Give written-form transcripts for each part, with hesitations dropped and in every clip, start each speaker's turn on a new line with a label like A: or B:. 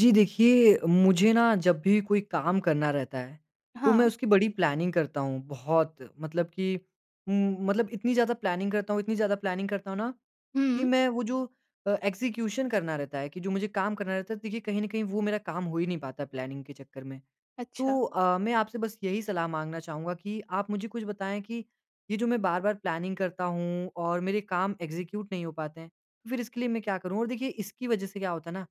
A: जी देखिए, मुझे ना जब भी कोई काम करना रहता है, तो मैं
B: हाँ।
A: उसकी बड़ी प्लानिंग करता हूँ बहुत मतलब कि मतलब इतनी ज़्यादा प्लानिंग करता हूँ इतनी ज़्यादा प्लानिंग करता हूँ ना, कि
B: हुँ।
A: मैं वो जो एग्ज़ीक्यूशन करना रहता है कि जो मुझे काम करना रहता है, देखिए कहीं न कहीं वो मेरा काम हो ही नहीं पाता प्लानिंग के चक्कर में।
B: अच्छा।
A: तो मैं आपसे बस यही सलाह माँगना चाहूँगा कि आप मुझे कुछ बताएँ कि ये जो मैं बार-बार प्लानिंग करता हूँ और मेरे काम एग्ज़ीक्यूट नहीं हो पाते हैं, तो फिर इसके लिए मैं क्या करूँ? और देखिए इसकी वज़ह से क्या होता है ना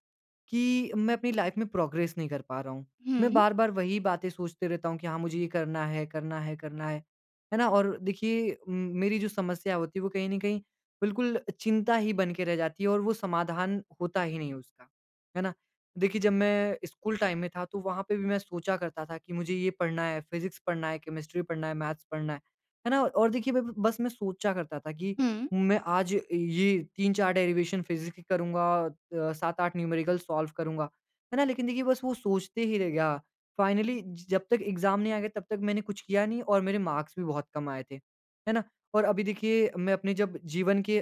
A: कि मैं अपनी लाइफ़ में प्रोग्रेस नहीं कर पा रहा हूँ। मैं
B: हुँ,
A: बार-बार वही बातें सोचते रहता हूँ कि हाँ, मुझे ये करना है, करना है, करना है। है ना? और देखिए मेरी जो समस्या होती है वो कहीं न कहीं बिल्कुल चिंता ही बन के रह जाती है और वो समाधान होता ही नहीं है उसका। है ना? देखिए, जब मैं स्कूल टाइम में था, तो वहाँ पे भी मैं सोचा करता था कि मुझे ये पढ़ना है, फिज़िक्स पढ़ना है, केमिस्ट्री पढ़ना है, मैथ्स पढ़ना है। है ना? और देखिए मैं ब बस मैं सोचा करता था कि
B: हुँ।
A: मैं आज ये 3-4 डेरिवेशन फिज़िक्स की करूँगा 7-8 न्यूमेरिकल सॉल्व करूँगा। है ना? लेकिन देखिए बस वो सोचते ही रह गया। फाइनली ज जब तक एग्ज़ाम नहीं आ गया तब तक मैंने कुछ किया नहीं और मेरे मार्क्स भी बहुत कम आए थे। है ना? और अभी देखिए मैं अपने जब जीवन के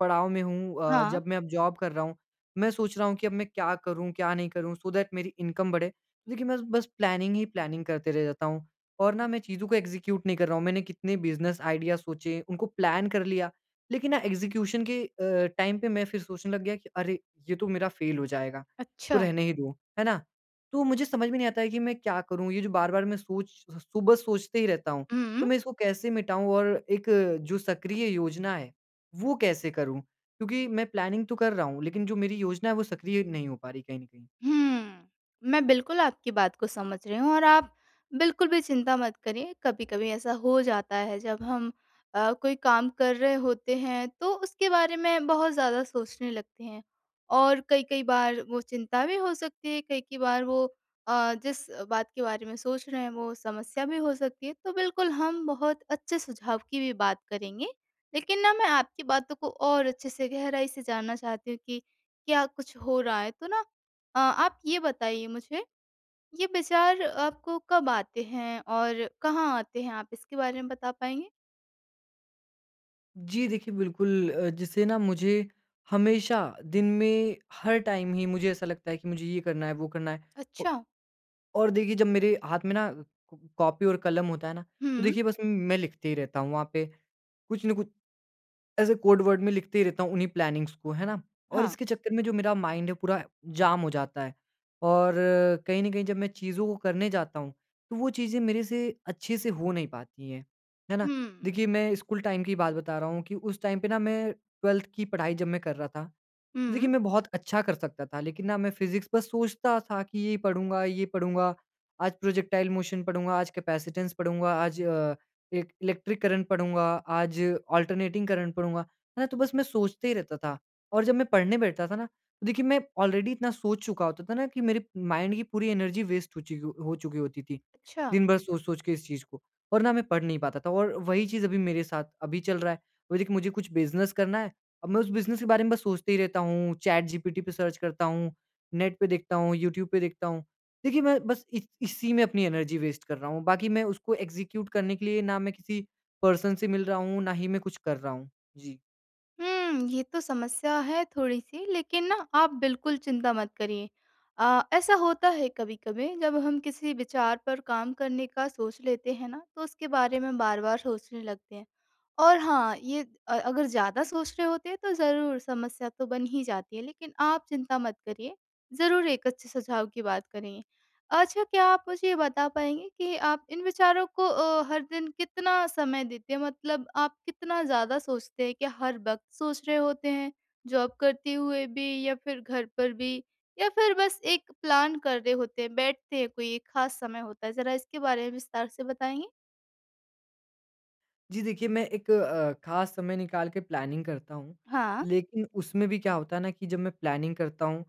A: पड़ाव में हूँ
B: हाँ।
A: जब मैं अब जॉब कर रहा हूँ मैं सोच रहा हूँ कि अब मैं क्या करूँ, क्या नहीं करूँ सो दैट मेरी इनकम बढ़े। तो देखिए मैं बस प्लानिंग ही प्लानिंग करते रह जाता हूँ और ना मैं चीज़ों को एग्ज़ीक्यूट नहीं कर रहा हूँ। मैंने कितने बिज़नेस आइडिया सोचे, उनको प्लान कर लिया, लेकिन ना एग्ज़ीक्यूशन के टाइम पे मैं फिर सोचने लग गया कि अरे! ये तो मेरा फेल हो जाएगा, तो
B: अच्छा।
A: रहने ही दो, है ना? तो मुझे समझ में नहीं आता है कि मैं क्या करूँ? ये जो बार-बार मैं सोच सुबह सोचते ही रहता हूँ, तो
B: हुँ।
A: मैं इसको कैसे मिटाऊँ और एक जो सक्रिय योजना है, वो कैसे करूँ? क्योंकि मैं प्लानिंग तो कर रहा हूँ, लेकिन जो मेरी योजना है वो सक्रिय नहीं हो पा रही कहीं न कहीं।
B: हुँ। मैं बिल्कुल आपकी बात को समझ रही हूँ और आप बिल्कुल भी चिंता मत करिए। कभी-कभी ऐसा हो जाता है जब हम कोई काम कर रहे होते हैं तो उसके बारे में बहुत ज़्यादा सोचने लगते हैं। और कई-कई बार वो चिंता भी हो सकती है, कई-कई बार वो जिस बात के बारे में सोच रहे हैं वो समस्या भी हो सकती है। तो बिल्कुल हम बहुत अच्छे सुझाव की भी बात करेंगे। लेकिन ना मैं आपकी बातों को और अच्छे से गहराई से जानना चाहती हूँ कि क्या कुछ हो रहा है? तो ना आप ये बताइए मुझे, ये विचार आपको कब आते हैं और कहाँ आते हैं? आप इसके बारे में बता पाएँगे?
A: जी, देखिए बिल्कुल जिससे ना मुझे हमेशा दिन में हर टाइम ही मुझे ऐसा लगता है कि मुझे ये करना है, वो करना है। औ
B: अच्छा।
A: और देखिए जब मेरे हाथ में ना कॉ कॉपी और कलम होता है ना, तो
B: हुँ।
A: देखिए बस मैं लिखते ही रहता हूँ वहाँ पे, कुछ न कुछ ऐसे कोड वर्ड में लिखते ही रहता हूँ उन्हीं प्लानिंग्स को, है ना? और
B: हाँ।
A: इसके चक्कर में जो मेरा माइंड है पूरा जाम हो जाता है और कहीं न कहीं जब मैं चीज़ों को करने जाता हूँ, तो वो चीज़ें मेरे से अच्छे से हो नहीं पाती हैं, है ना?
B: हुँ।
A: देखिए मैं स्कूल टाइम की बात बता रहा हूँ कि उस टाइम पे ना मैं 12th की पढ़ाई जब मैं कर रहा था, तो देखिए
B: हुँ।
A: मैं बहुत अच्छा कर सकता था लेकिन ना मैं फिज़िक्स बस सोचता था कि ये पढ़ूँगा, आज प्रोजेक्टाइल मोशन पढ़ूँगा, आज कैपेसिटेंस पढ़ूँगा, आज एक इलेक्ट्रिक करंट पढ़ूँगा, आज अल्टरनेटिंग करंट पढ़ूँगा, है ना? तो बस मैं सोचते ही रहता था। और जब मैं पढ़ने बैठता था ना, तो देखिए मैं ऑलरेडी इतना सोच चुका होता था ना कि मेरे माइंड की पूरी एनर्जी वेस्ट हो चुकी होती थी,
B: अच्छा।
A: दिन भर सोच-सोच के इस चीज़ को। और ना मैं पढ़ नहीं पाता था और वही चीज़ अभी मेरे साथ अभी चल रहा है। अभी देखिए मुझे कुछ बिज़नेस करना है, अब मैं उस बिज़नेस के बारे में बस सोचते ही रहता हूँ, चैट जीपीटी पे सर्च करता हूँ, नेट पे देखता हूँ, यूट्यूब पे देखता हूँ। देखिए, मैं बस इस इसी में अपनी एनर्जी वेस्ट कर रहा हूँ, बाकी मैं उसको एग्ज़ीक्यूट करने के लिए ना मैं किसी पर्सन से मिल रहा हूँ, ना ही मैं कुछ कर रहा हूँ। जी।
B: हुँ, ये तो समस्या है थोड़ी-सी, लेकिन ना आप बिल्कुल चिंता मत करिए। ऐसा होता है कभी-कभी, जब हम किसी विचार पर काम करने का सोच लेते हैं ना, तो उसके बारे में बार-बार सोचने लगते हैं। और हाँ, ये अगर ज़्यादा सोच रहे होते हैं तो ज़रूर समस्या तो बन ही जाती है, लेकिन आप चिंता मत करिए, ज़रूर एक अच्छे सुझाव की बात करेंगे। अच्छा, क्या आप मुझे ये बता पाएँगे कि आप इन विचारों को हर दिन कितना समय देते हैं? मतलब आप कितना ज़्यादा सोचते हैं? क्या हर वक़्त सोच रहे होते हैं, जॉब करते हुए भी या फिर घर पर भी? या फिर बस एक प्लान कर रहे होते हैं, बैठते हैं, कोई एक ख़ास समय होता है? ज़रा इसके बारे में विस्तार से बताएँगे?
A: जी, देखिए मैं एक ख़ास समय निकाल के प्लानिंग करता हूँ,
B: हाँ।
A: लेकिन उसमें भी क्या होता है ना कि जब मैं प्लानिंग करता हूँ,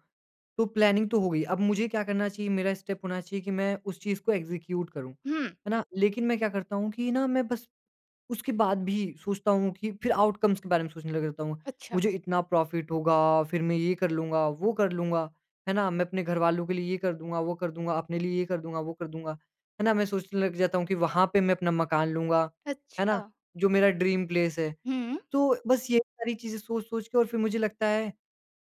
A: तो प्लानिंग तो हो गई, अब मुझे क्या करना चाहिए, मेरा स्टेप होना चाहिए कि मैं उस चीज़ को एग्ज़ीक्यूट करूँ,
B: हुँ,
A: है ना? लेकिन मैं क्या करता हूँ कि ना मैं बस उसके बाद भी सोचता हूँ कि फिर आउटकम्स के बारे में सोचने लग जाता हूँ।
B: अच्छा।
A: मुझे इतना प्रॉफ़िट होगा, फिर मैं ये कर लूँगा, वो कर लूँगा, है ना? मैं अपने घरवालों के लिए ये कर दूँगा, वो कर दूँगा, अपने लिए ये कर दूँगा, वो कर दूँगा, है ना? मैं सोचने लग जाता हूँ कि वहाँ पे मैं अपना मकान लूँगा, है
B: अच्छा।
A: ना? जो मेरा ड्रीम प्लेस है।
B: हुँ।
A: तो बस ये सारी चीज़ें सोच-सोच के और फिर मुझे लगता है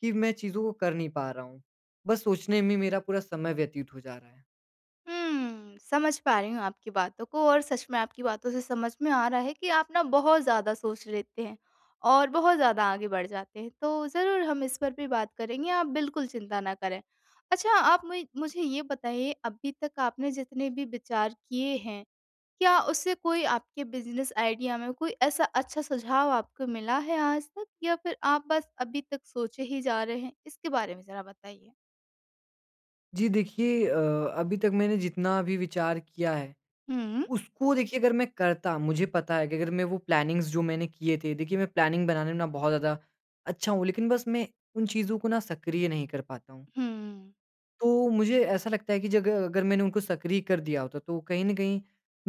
A: कि मैं चीज़ों को कर नहीं पा रहा हूँ। बस सोचने में मेरा पूरा समय व्यतीत हो जा रहा है।
B: हुँ, समझ पा रही हूँ आपकी बातों को और सच में आपकी बातों से समझ में आ रहा है कि आप ना बहुत ज़्यादा सोच लेते हैं और बहुत ज़्यादा आगे बढ़ जाते हैं। तो ज़रूर हम इस पर भी बात करेंगे, आप बिल्कुल चिंता ना करें। अच्छा, आप मुझे ये बताइए, अभी तक आपने जितने भी विचार किए हैं, क्या उससे कोई आपके बिज़नेस आइडिया में कोई ऐसा अच्छा सुझाव आपको मिला है आज तक या फिर आप बस अभी तक सोचे ही जा रहे हैं? इसके बारे में ज़रा बताइए?
A: जी देखिए अभी तक मैंने जितना भी विचार किया है
B: हुँ,
A: उसको देखिए अगर मैं करता मुझे पता है कि अगर मैं वो प्लानिंग्स जो मैंने किए थे देखिए मैं प्लानिंग बनाने में ना बहुत ज़्यादा अच्छा हूँ लेकिन बस मैं उन चीज़ों को ना सक्रिय नहीं कर पाता हूँ।
B: हुँ।
A: तो मुझे ऐसा लगता है कि जग अगर मैंने उनको सक्रिय कर दिया होता तो कहीं न कहीं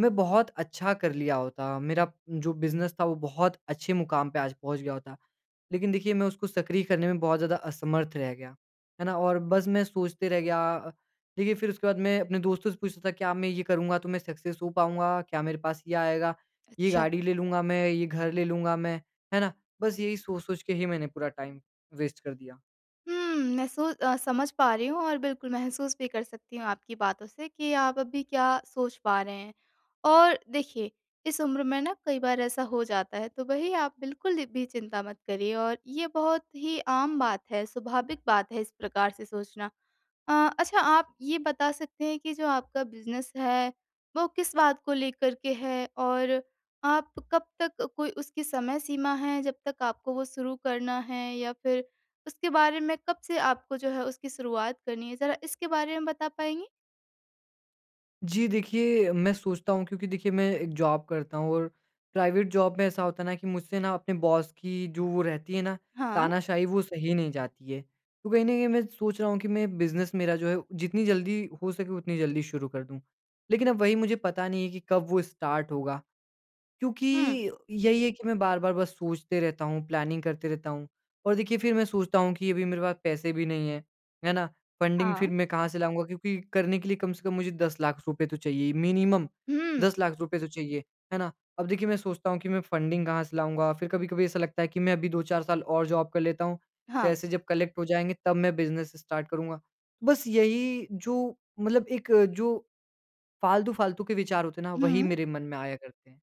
A: मैं बहुत अच्छा कर लिया होता। मेरा जो बिज़नेस था वो बहुत अच्छे मुकाम पे आज पहुँच गया होता। लेकिन देखिए मैं उसको सक्रिय करने में बहुत ज़्यादा असमर्थ रह गया, है ना? और बस मैं सोचते रह गया देखिए फिर उसके बाद मैं अपने दोस्तों से पूछता था क्या मैं ये करूँगा तो मैं सक्सेस हो पाऊँगा? क्या मेरे पास ये आएगा? ये
B: अच्छा।
A: गाड़ी ले लूँगा मैं, ये घर ले लूँगा मैं, है ना? बस यही सोच-सोच के ही मैंने पूरा टाइम वेस्ट कर दिया।
B: हुँ, मैं समझ पा रही हूँ और बिल्कुल महसूस भी कर सकती हूँ आपकी बातों से कि आप अभी क्या सोच पा रहे हैं। और देखिए, इस उम्र में ना कई बार ऐसा हो जाता है, तो वही आप बिल्कुल भी चिंता मत करिए। और ये बहुत ही आम बात है, स्वाभाविक बात है इस प्रकार से सोचना। अ, अच्छा, आप ये बता सकते हैं कि जो आपका बिज़नेस है, वो किस बात को लेकर के है? और आप कब तक, कोई उसकी समय सीमा है जब तक आपको वो शुरू करना है या फिर उसके बारे में कब से आपको जो है उसकी शुरुआत करनी है? ज़रा इसके बारे में बता पाएँगी?
A: जी, देखिए मैं सोचता हूँ क्योंकि देखिए मैं एक जॉब करता हूँ और प्राइवेट जॉब में ऐसा होता है ना कि मुझसे ना अपने बॉस की जो वो रहती है ना
B: हाँ।
A: तानाशाही वो सही नहीं जाती है। तो कहीं न कहीं मैं सोच रहा हूँ कि मैं बिज़नेस मेरा जो है जितनी जल्दी हो सके उतनी जल्दी शुरू कर दूँ। लेकिन अब वही मुझे पता नहीं है कि कब वो स्टार्ट होगा। क्योंकि
B: हुँ,
A: यही है कि मैं बार-बार बस सोचते रहता हूँ, प्लानिंग करते रहता हूँ और देखिए फिर मैं सोचता हूँ कि अभी मेरे पास पैसे भी नहीं हैं, है ना? फंडिंग
B: हाँ।
A: फिर मैं कहाँ से लाऊँगा? क्योंकि करने के लिए कम से कम मुझे 10 लाख रुपए तो चाहिए ही, मिनिमम
B: हुँ,
A: 10 लाख रुपए तो चाहिए, है ना? अब देखिए मैं सोचता हूँ कि मैं फंडिंग कहाँ से लाऊँगा? फिर कभी-कभी ऐसा लगता है कि मैं अभी 2-4 साल और जॉब कर लेता हूँ,
B: हाँ।
A: पैसे जब कलेक्ट हो जाएँगे तब मैं बिज़नेस स्टार्ट करूँगा। तो बस यही जो मतलब एक जो फालतू-फालतू के विचार होते हैं ना, वही
B: हुँ।
A: मेरे मन में आया करते हैं।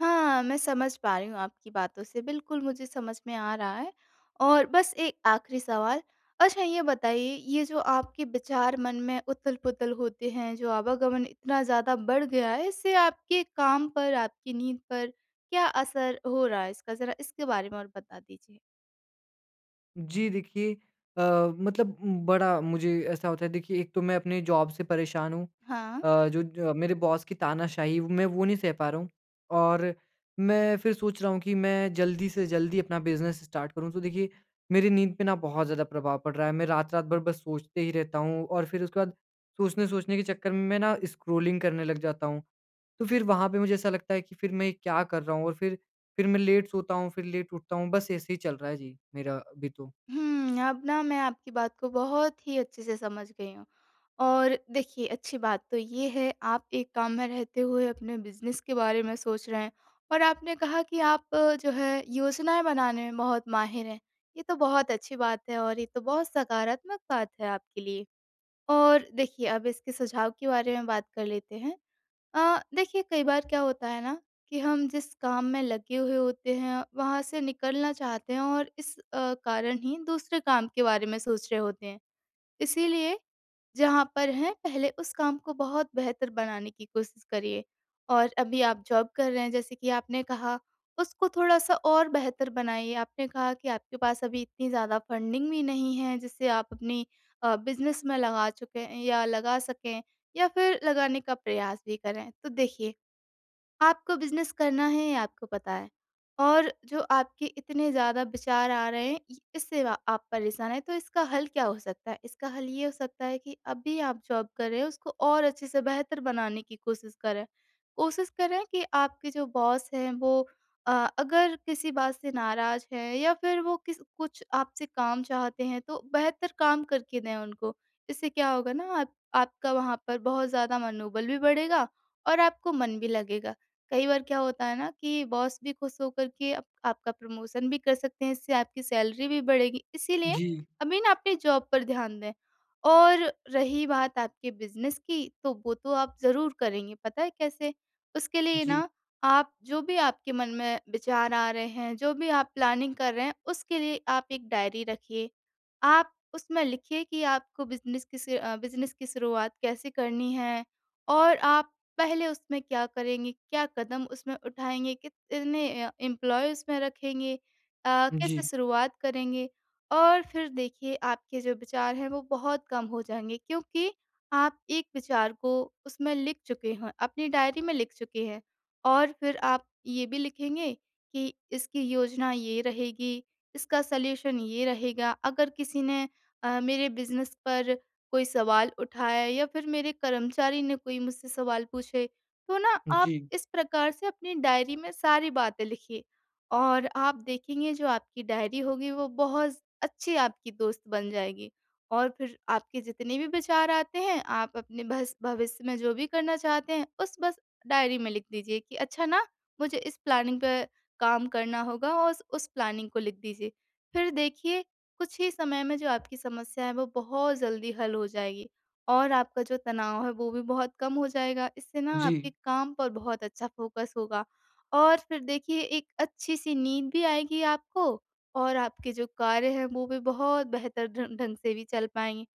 B: हाँ, मैं समझ पा रही हूँ आपकी बातों से, बिल्कुल मुझे समझ में आ रहा है। और बस एक आखिरी सवाल, अच्छा ये बताइए, ये जो आपके विचार मन में उथल-पुथल होते हैं, जो आवागमन इतना ज़्यादा बढ़ गया है, इससे आपके काम पर, आपकी नींद पर क्या असर हो रहा है इसका? ज़रा इसके बारे में और बता दीजिए।
A: जी, देखिए अ, बड़ा मुझे ऐसा होता है देखिए एक तो मैं अपने जॉब से परेशान हूँ
B: हाँ।
A: अ, जो ज मेरे बॉस की मैं वो नहीं सह पा रहा हूँ और मैं फिर सोच रहा हूँ कि मैं जल्दी से जल्दी अपना बिज़नेस स्टार्ट करूँ। तो देखिए मेरी नींद पे ना बहुत ज़्यादा प्रभाव पड़ रहा है। मैं रात-रात भर बस सोचते ही रहता हूँ और फिर उसके बाद सोचने-सोचने के चक्कर में मैं ना स्क्रॉलिंग करने लग जाता हूँ। तो फिर वहाँ पे मुझे ऐसा लगता है कि फिर मैं क्या कर रहा हूँ और फिर मैं लेट सोता हूँ, फिर लेट उठता हूँ। बस ऐसे ही चल रहा है जी, मेरा अभी तो।
B: हुँ, अब ना मैं आपकी बात को बहुत ही अच्छे से समझ गई हूँ। और देखिए, अच्छी बात तो ये है आप एक काम में रहते हुए अपने बिज़नेस के बारे में सोच रहे हैं और आपने कहा कि आप जो है योजनाएँ बनाने में बहुत माहिर हैं। ये तो बहुत अच्छी बात है और ये तो बहुत सकारात्मक बात है आपके लिए। और देखिए, अब इसके सुझाव के बारे में बात कर लेते हैं। देखिए कई बार क्या होता है ना कि हम जिस काम में लगे हुए होते हैं वहाँ से निकलना चाहते हैं और इस कारण ही दूसरे काम के बारे में सोच रहे होते हैं, इसीलिए जहाँ पर हैं पहले उस काम को बहुत बेहतर बनाने की कोशिश करिए। और अभी आप जॉब कर रहे हैं जैसे कि आपने कहा, उसको थोड़ा-सा और बेहतर बनाइए। आपने कहा कि आपके पास अभी इतनी ज़्यादा फंडिंग भी नहीं है जिसे आप अपनी बिज़नेस में लगा चुके हैं या लगा सकें या फिर लगाने का प्रयास भी करें। तो देखिए, आपको बिज़नेस करना है ये आपको पता है और जो आपके इतने ज़्यादा विचार आ रहे हैं इ इससे व आप परेशान हैं, तो इसका हल क्या हो सकता है? इसका हल ये हो सकता है कि अभी आप जॉब कर रहे हो उसको और अच्छे से बेहतर बनाने की कोशिश करें। कोशिश करें कि आपके जो बॉस हैं वो अ, अगर किसी बात से नाराज़ हैं या फिर वो किस कुछ आपसे काम चाहते हैं तो बेहतर काम करके दें उनको। इससे क्या होगा ना, आप आपका वहाँ पर बहुत ज़्यादा मनोबल भी बढ़ेगा और आपको मन भी लगेगा। कई बार क्या होता है ना कि बॉस भी खुश होकर के आप आपका प्रमोशन भी कर सकते हैं, इससे आपकी सैलरी भी बढ़ेगी। इसीलिए
A: जी,
B: अभी ना अपनी जॉब पर ध्यान दें। और रही बात आपके बिज़नेस की, तो वो तो आप ज़रूर करेंगे, पता है कैसे? उसके लिए
A: जी,
B: ना, आप जो भी आपके मन में विचार आ रहे हैं, जो भी आप प्लानिंग कर रहे हैं, उसके लिए आप एक डायरी रखिए। आप उसमें लिखिए कि आपको बिज़नेस की शुरुआत कैसे करनी है और आप पहले उसमें क्या करेंगे, क्या कदम उसमें उठाएँगे, कितने एम्प्लॉयी उसमें रखेंगे, कैसे
A: जी,
B: शुरुआत करेंगे? और फिर देखिए आपके जो विचार हैं वो बहुत कम हो जाएँगे, क्योंकि आप एक विचार को उसमें लिख चुके हैं, अपनी डायरी में लिख चुके हैं। और फिर आप ये भी लिखेंगे कि इसकी योजना ये रहेगी, इसका सॉल्यूशन ये रहेगा, अगर किसी ने मेरे बिज़नेस पर कोई सवाल उठाया या फिर मेरे कर्मचारी ने कोई मुझसे सवाल पूछे, तो ना आप
A: जी,
B: इस प्रकार से अपनी डायरी में सारी बातें लिखिए और आप देखेंगे जो आपकी डायरी होगी वो बहुत अच्छी आपकी दोस्त बन जाएगी। और फिर आपके जितने भी विचार आते हैं, आप अपने भस भविष्य में जो भी करना चाहते हैं, उस बस डायरी में लिख दीजिए कि अच्छा ना, मुझे इस प्लानिंग पे काम करना होगा, और उस प्लानिंग को लिख दीजिए। फिर देखिए कुछ ही समय में जो आपकी समस्या है वो बहुत जल्दी हल हो जाएगी और आपका जो तनाव है वो भी बहुत कम हो जाएगा। इससे ना
A: जी,
B: आपके काम पर बहुत अच्छा फ़ोकस होगा और फिर देखिए एक अच्छी सी नींद भी आएगी आपको और आपके जो कार्य हैं वो भी बहुत बेहतर ढंग ढंग से भी चल पाएँगे।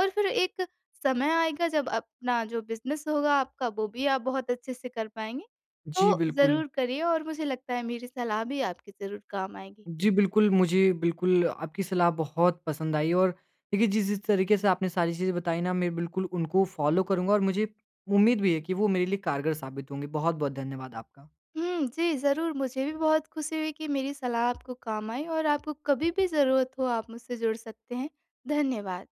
B: और फिर एक समय आएगा जब अपना जो बिज़नेस होगा आपका वो भी आप बहुत अच्छे से कर पाएँगे।
A: जी,
B: तो
A: बिल्कुल।
B: ज़रूर करिए, और मुझे लगता है मेरी सलाह भी आपके ज़रूर काम आएगी।
A: जी, बिल्कुल, मुझे बिल्कुल आपकी सलाह बहुत पसंद आई और देखिए, जिस जिस तरीके से आपने सारी चीज़ें बताई ना, मैं बिल्कुल उनको फ़ॉलो करूँगा और मुझे उम्मीद भी है कि वो मेरे लिए कारगर साबित होंगी। बहुत-बहुत धन्यवाद आपका।
B: हुँ, जी, ज़रूर। मुझे भी बहुत खुशी हुई कि मेरी सलाह आपको काम आई, और आपको कभी भी ज़रूरत हो आप मुझसे जुड़ सकते हैं। धन्यवाद।